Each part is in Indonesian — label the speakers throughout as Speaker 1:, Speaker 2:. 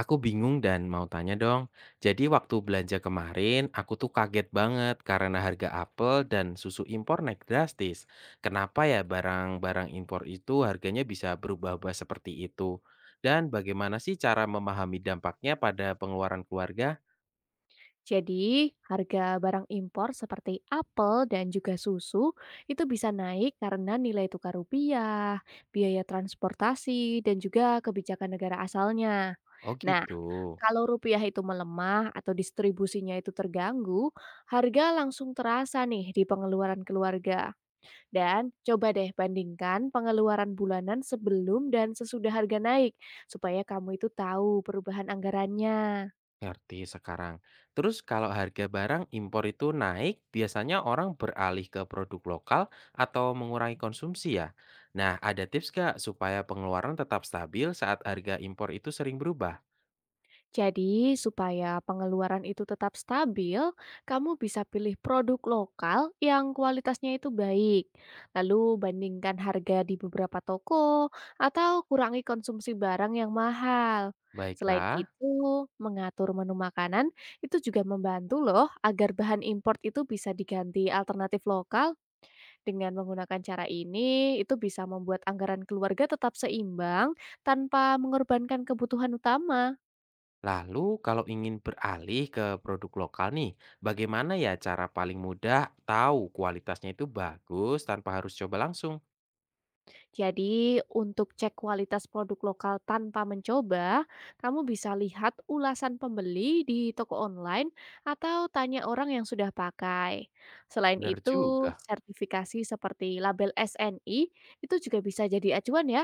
Speaker 1: Aku bingung dan mau tanya dong. Jadi waktu belanja kemarin, aku tuh kaget banget karena harga apel dan susu impor naik drastis. Kenapa ya barang-barang impor itu harganya bisa berubah-ubah seperti itu? Dan bagaimana sih cara memahami dampaknya pada pengeluaran keluarga?
Speaker 2: Jadi, harga barang impor seperti apel dan juga susu itu bisa naik karena nilai tukar rupiah, biaya transportasi, dan juga kebijakan negara asalnya.
Speaker 1: Oh
Speaker 2: Nah,
Speaker 1: gitu.
Speaker 2: kalau rupiah itu melemah atau distribusinya itu terganggu, harga langsung terasa nih di pengeluaran keluarga. Dan coba deh bandingkan pengeluaran bulanan sebelum dan sesudah harga naik, supaya kamu itu tahu perubahan anggarannya.
Speaker 1: Ngerti sekarang. Terus kalau harga barang impor itu naik, biasanya orang beralih ke produk lokal atau mengurangi konsumsi ya. Nah, ada tips nggak supaya pengeluaran tetap stabil saat harga impor itu sering berubah?
Speaker 2: Jadi, supaya pengeluaran itu tetap stabil, kamu bisa pilih produk lokal yang kualitasnya itu baik. Lalu bandingkan harga di beberapa toko atau kurangi konsumsi barang yang mahal. Selain
Speaker 1: Baiklah.
Speaker 2: itu, mengatur menu makanan itu juga membantu loh agar bahan impor itu bisa diganti alternatif lokal. Dengan menggunakan cara ini, itu bisa membuat anggaran keluarga tetap seimbang tanpa mengorbankan kebutuhan utama.
Speaker 1: Lalu kalau ingin beralih ke produk lokal nih, bagaimana ya cara paling mudah tahu kualitasnya itu bagus tanpa harus coba langsung?
Speaker 2: Jadi, untuk cek kualitas produk lokal tanpa mencoba, kamu bisa lihat ulasan pembeli di toko online atau tanya orang yang sudah pakai. Selain
Speaker 1: Bener
Speaker 2: itu,
Speaker 1: juga.
Speaker 2: sertifikasi seperti label SNI itu juga bisa jadi acuan ya.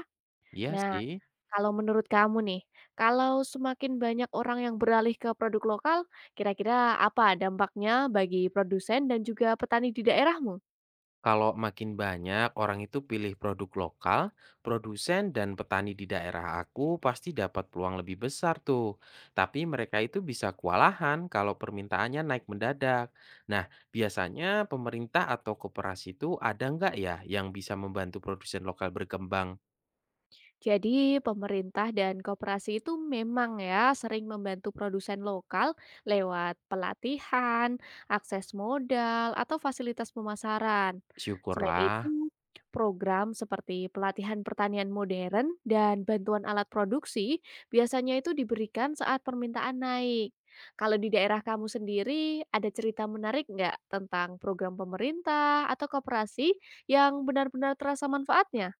Speaker 1: Iya
Speaker 2: Nah,
Speaker 1: sih.
Speaker 2: kalau menurut kamu nih, kalau semakin banyak orang yang beralih ke produk lokal, kira-kira apa dampaknya bagi produsen dan juga petani di daerahmu?
Speaker 1: Kalau makin banyak orang itu pilih produk lokal, produsen dan petani di daerah aku pasti dapat peluang lebih besar tuh. Tapi mereka itu bisa kewalahan kalau permintaannya naik mendadak. Nah, biasanya pemerintah atau koperasi itu ada nggak ya yang bisa membantu produsen lokal berkembang?
Speaker 2: Jadi pemerintah dan koperasi itu memang ya sering membantu produsen lokal lewat pelatihan, akses modal, atau fasilitas pemasaran. Selain
Speaker 1: Syukurlah.
Speaker 2: itu, program seperti pelatihan pertanian modern dan bantuan alat produksi biasanya itu diberikan saat permintaan naik. Kalau di daerah kamu sendiri, ada cerita menarik nggak tentang program pemerintah atau koperasi yang benar-benar terasa manfaatnya?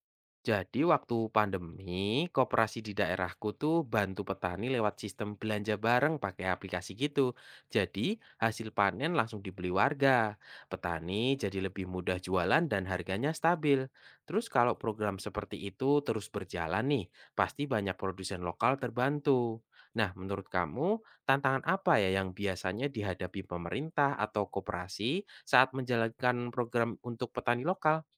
Speaker 1: Jadi waktu pandemi, koperasi di daerahku tuh bantu petani lewat sistem belanja bareng pakai aplikasi gitu. Jadi hasil panen langsung dibeli warga. Petani jadi lebih mudah jualan dan harganya stabil. Terus kalau program seperti itu terus berjalan nih, pasti banyak produsen lokal terbantu. Nah, menurut kamu tantangan apa ya yang biasanya dihadapi pemerintah atau koperasi saat menjalankan program untuk petani lokal?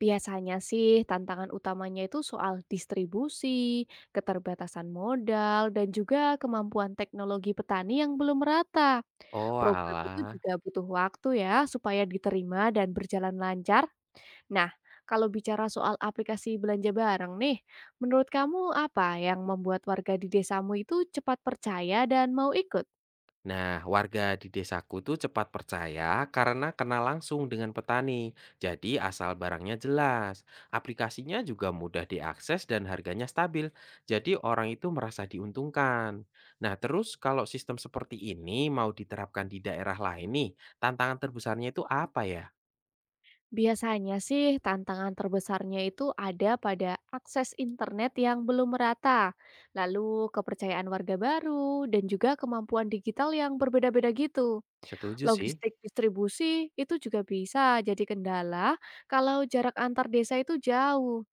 Speaker 2: Biasanya sih tantangan utamanya itu soal distribusi, keterbatasan modal, dan juga kemampuan teknologi petani yang belum merata.
Speaker 1: Oh,
Speaker 2: Program itu
Speaker 1: alah.
Speaker 2: juga butuh waktu ya supaya diterima dan berjalan lancar. Nah, kalau bicara soal aplikasi belanja bareng nih, menurut kamu apa yang membuat warga di desamu itu cepat percaya dan mau ikut?
Speaker 1: Nah, warga di desaku tuh cepat percaya karena kenal langsung dengan petani. Jadi asal barangnya jelas. Aplikasinya juga mudah diakses dan harganya stabil. Jadi orang itu merasa diuntungkan. Nah, terus kalau sistem seperti ini mau diterapkan di daerah lain nih, tantangan terbesarnya itu apa ya?
Speaker 2: Biasanya sih tantangan terbesarnya itu ada pada akses internet yang belum merata, lalu kepercayaan warga baru, dan juga kemampuan digital yang berbeda-beda gitu.
Speaker 1: Setuju sih.
Speaker 2: Logistik distribusi itu juga bisa jadi kendala kalau jarak antar desa itu jauh.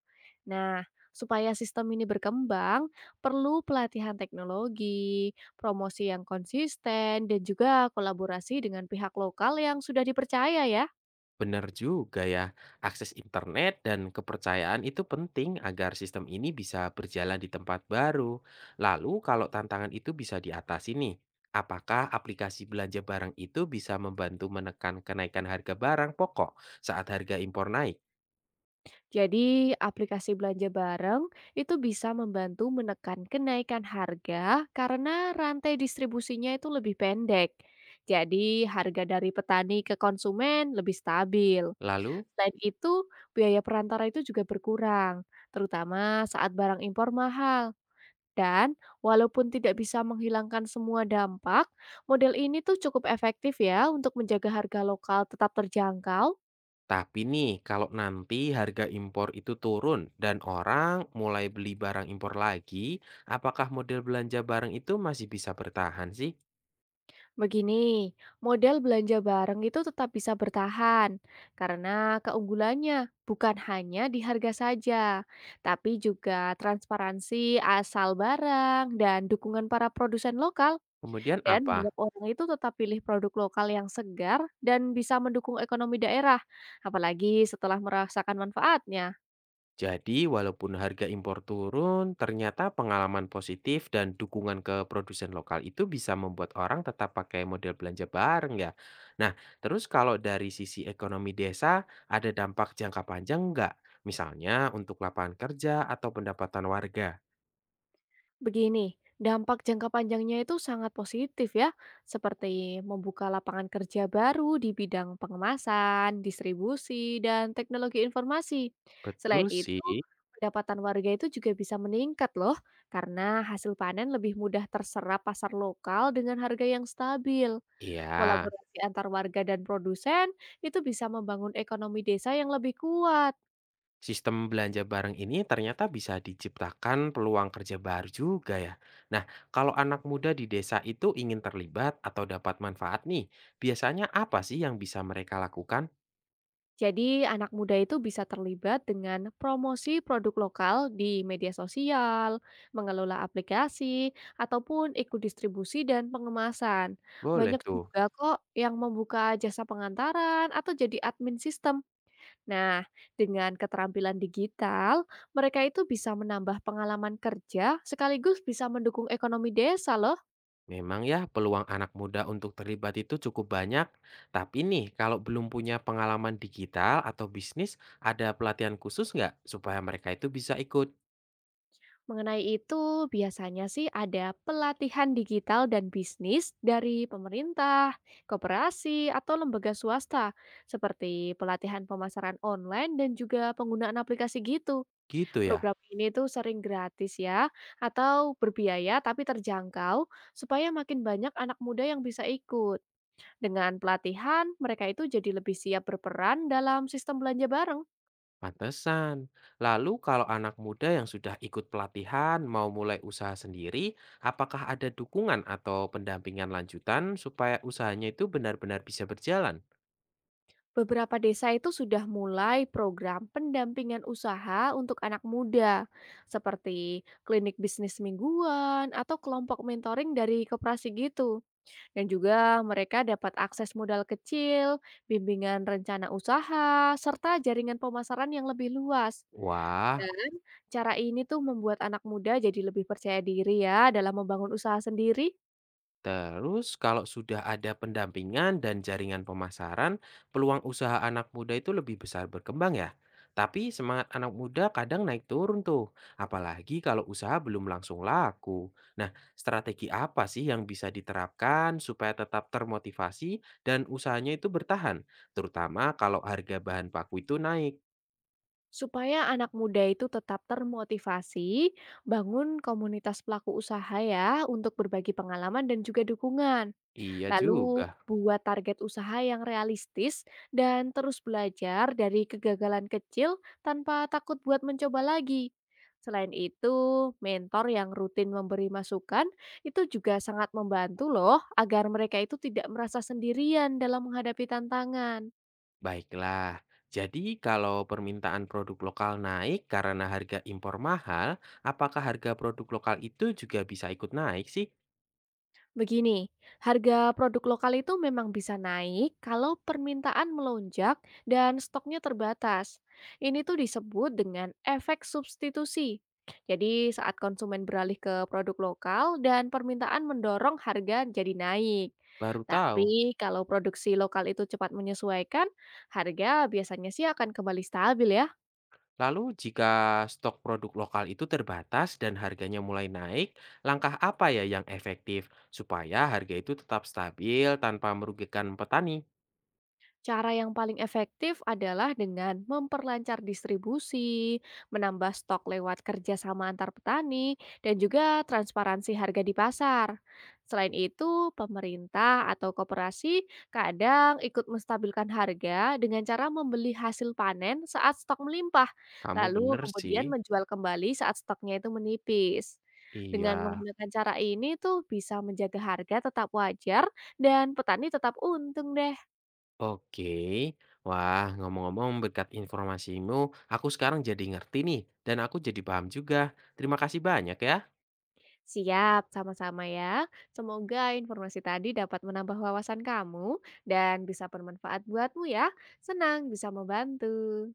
Speaker 2: Nah, supaya sistem ini berkembang, perlu pelatihan teknologi, promosi yang konsisten, dan juga kolaborasi dengan pihak lokal yang sudah dipercaya ya.
Speaker 1: Benar juga ya, akses internet dan kepercayaan itu penting agar sistem ini bisa berjalan di tempat baru. Lalu kalau tantangan itu bisa diatasi nih, apakah aplikasi belanja barang itu bisa membantu menekan kenaikan harga barang pokok saat harga impor naik?
Speaker 2: Jadi, aplikasi belanja bareng itu bisa membantu menekan kenaikan harga karena rantai distribusinya itu lebih pendek. Jadi, harga dari petani ke konsumen lebih stabil.
Speaker 1: Lalu,
Speaker 2: Selain itu, biaya perantara itu juga berkurang, terutama saat barang impor mahal. Dan walaupun tidak bisa menghilangkan semua dampak, model ini tuh cukup efektif ya untuk menjaga harga lokal tetap terjangkau.
Speaker 1: tapi nih kalau nanti harga impor itu turun dan orang mulai beli barang impor lagi, apakah model belanja barang itu masih bisa bertahan sih?
Speaker 2: Begini, model belanja bareng itu tetap bisa bertahan karena keunggulannya bukan hanya di harga saja, tapi juga transparansi asal barang dan dukungan para produsen lokal.
Speaker 1: Kemudian
Speaker 2: Dan
Speaker 1: apa?
Speaker 2: banyak orang itu tetap pilih produk lokal yang segar dan bisa mendukung ekonomi daerah, apalagi setelah merasakan manfaatnya.
Speaker 1: Jadi, walaupun harga impor turun, ternyata pengalaman positif dan dukungan ke produsen lokal itu bisa membuat orang tetap pakai model belanja bareng ya. Nah, terus kalau dari sisi ekonomi desa, ada dampak jangka panjang nggak? Misalnya untuk lapangan kerja atau pendapatan warga.
Speaker 2: Begini, dampak jangka panjangnya itu sangat positif ya, seperti membuka lapangan kerja baru di bidang pengemasan, distribusi, dan teknologi informasi.
Speaker 1: Betul
Speaker 2: Selain itu,
Speaker 1: sih.
Speaker 2: pendapatan warga itu juga bisa meningkat loh, karena hasil panen lebih mudah terserap pasar lokal dengan harga yang stabil.
Speaker 1: Iya.
Speaker 2: Kolaborasi antar warga dan produsen itu bisa membangun ekonomi desa yang lebih kuat.
Speaker 1: Sistem belanja bareng ini ternyata bisa diciptakan peluang kerja baru juga ya. Nah, kalau anak muda di desa itu ingin terlibat atau dapat manfaat nih, biasanya apa sih yang bisa mereka lakukan?
Speaker 2: Jadi, anak muda itu bisa terlibat dengan promosi produk lokal di media sosial, mengelola aplikasi, ataupun ikut distribusi dan pengemasan.
Speaker 1: Boleh
Speaker 2: Banyak
Speaker 1: tuh.
Speaker 2: juga kok yang membuka jasa pengantaran atau jadi admin sistem. Nah, dengan keterampilan digital, mereka itu bisa menambah pengalaman kerja sekaligus bisa mendukung ekonomi desa loh.
Speaker 1: Memang ya peluang anak muda untuk terlibat itu cukup banyak, tapi nih kalau belum punya pengalaman digital atau bisnis, ada pelatihan khusus nggak supaya mereka itu bisa ikut?
Speaker 2: Mengenai itu, biasanya sih ada pelatihan digital dan bisnis dari pemerintah, koperasi, atau lembaga swasta, seperti pelatihan pemasaran online dan juga penggunaan aplikasi gitu.
Speaker 1: Gitu ya.
Speaker 2: Program ini tuh sering gratis ya, atau berbiaya tapi terjangkau, supaya makin banyak anak muda yang bisa ikut. Dengan pelatihan, mereka itu jadi lebih siap berperan dalam sistem belanja bareng.
Speaker 1: Pantesan. Lalu kalau anak muda yang sudah ikut pelatihan mau mulai usaha sendiri, apakah ada dukungan atau pendampingan lanjutan supaya usahanya itu benar-benar bisa berjalan?
Speaker 2: Beberapa desa itu sudah mulai program pendampingan usaha untuk anak muda, seperti klinik bisnis mingguan atau kelompok mentoring dari koperasi gitu. Dan juga mereka dapat akses modal kecil, bimbingan rencana usaha, serta jaringan pemasaran yang lebih luas.
Speaker 1: Wah,
Speaker 2: Dan cara ini tuh membuat anak muda jadi lebih percaya diri ya dalam membangun usaha sendiri.
Speaker 1: terus kalau sudah ada pendampingan dan jaringan pemasaran, peluang usaha anak muda itu lebih besar berkembang ya. Tapi semangat anak muda kadang naik turun tuh, apalagi kalau usaha belum langsung laku. Nah, strategi apa sih yang bisa diterapkan supaya tetap termotivasi dan usahanya itu bertahan, terutama kalau harga bahan baku itu naik?
Speaker 2: Supaya anak muda itu tetap termotivasi, bangun komunitas pelaku usaha ya untuk berbagi pengalaman dan juga dukungan.
Speaker 1: Iya
Speaker 2: Lalu
Speaker 1: juga.
Speaker 2: buat target usaha yang realistis dan terus belajar dari kegagalan kecil tanpa takut buat mencoba lagi. Selain itu, mentor yang rutin memberi masukan itu juga sangat membantu loh agar mereka itu tidak merasa sendirian dalam menghadapi tantangan.
Speaker 1: Baiklah, jadi kalau permintaan produk lokal naik karena harga impor mahal, apakah harga produk lokal itu juga bisa ikut naik sih?
Speaker 2: Begini, harga produk lokal itu memang bisa naik kalau permintaan melonjak dan stoknya terbatas. Ini tuh disebut dengan efek substitusi. Jadi saat konsumen beralih ke produk lokal dan permintaan mendorong harga jadi naik.
Speaker 1: Baru tahu.
Speaker 2: Tapi kalau produksi lokal itu cepat menyesuaikan, harga biasanya sih akan kembali stabil ya.
Speaker 1: Lalu jika stok produk lokal itu terbatas dan harganya mulai naik, langkah apa ya yang efektif supaya harga itu tetap stabil tanpa merugikan petani?
Speaker 2: Cara yang paling efektif adalah dengan memperlancar distribusi, menambah stok lewat kerjasama antar petani, dan juga transparansi harga di pasar. Selain itu, pemerintah atau koperasi kadang ikut menstabilkan harga dengan cara membeli hasil panen saat stok melimpah,
Speaker 1: Kamu
Speaker 2: lalu
Speaker 1: bener sih.
Speaker 2: kemudian menjual kembali saat stoknya itu menipis. Dengan
Speaker 1: Iya.
Speaker 2: menggunakan cara ini tuh bisa menjaga harga tetap wajar dan petani tetap untung deh.
Speaker 1: Oke, wah ngomong-ngomong berkat informasimu, aku sekarang jadi ngerti nih dan aku jadi paham juga. Terima kasih banyak ya.
Speaker 2: Siap, sama-sama ya. Semoga informasi tadi dapat menambah wawasan kamu dan bisa bermanfaat buatmu ya. Senang bisa membantu.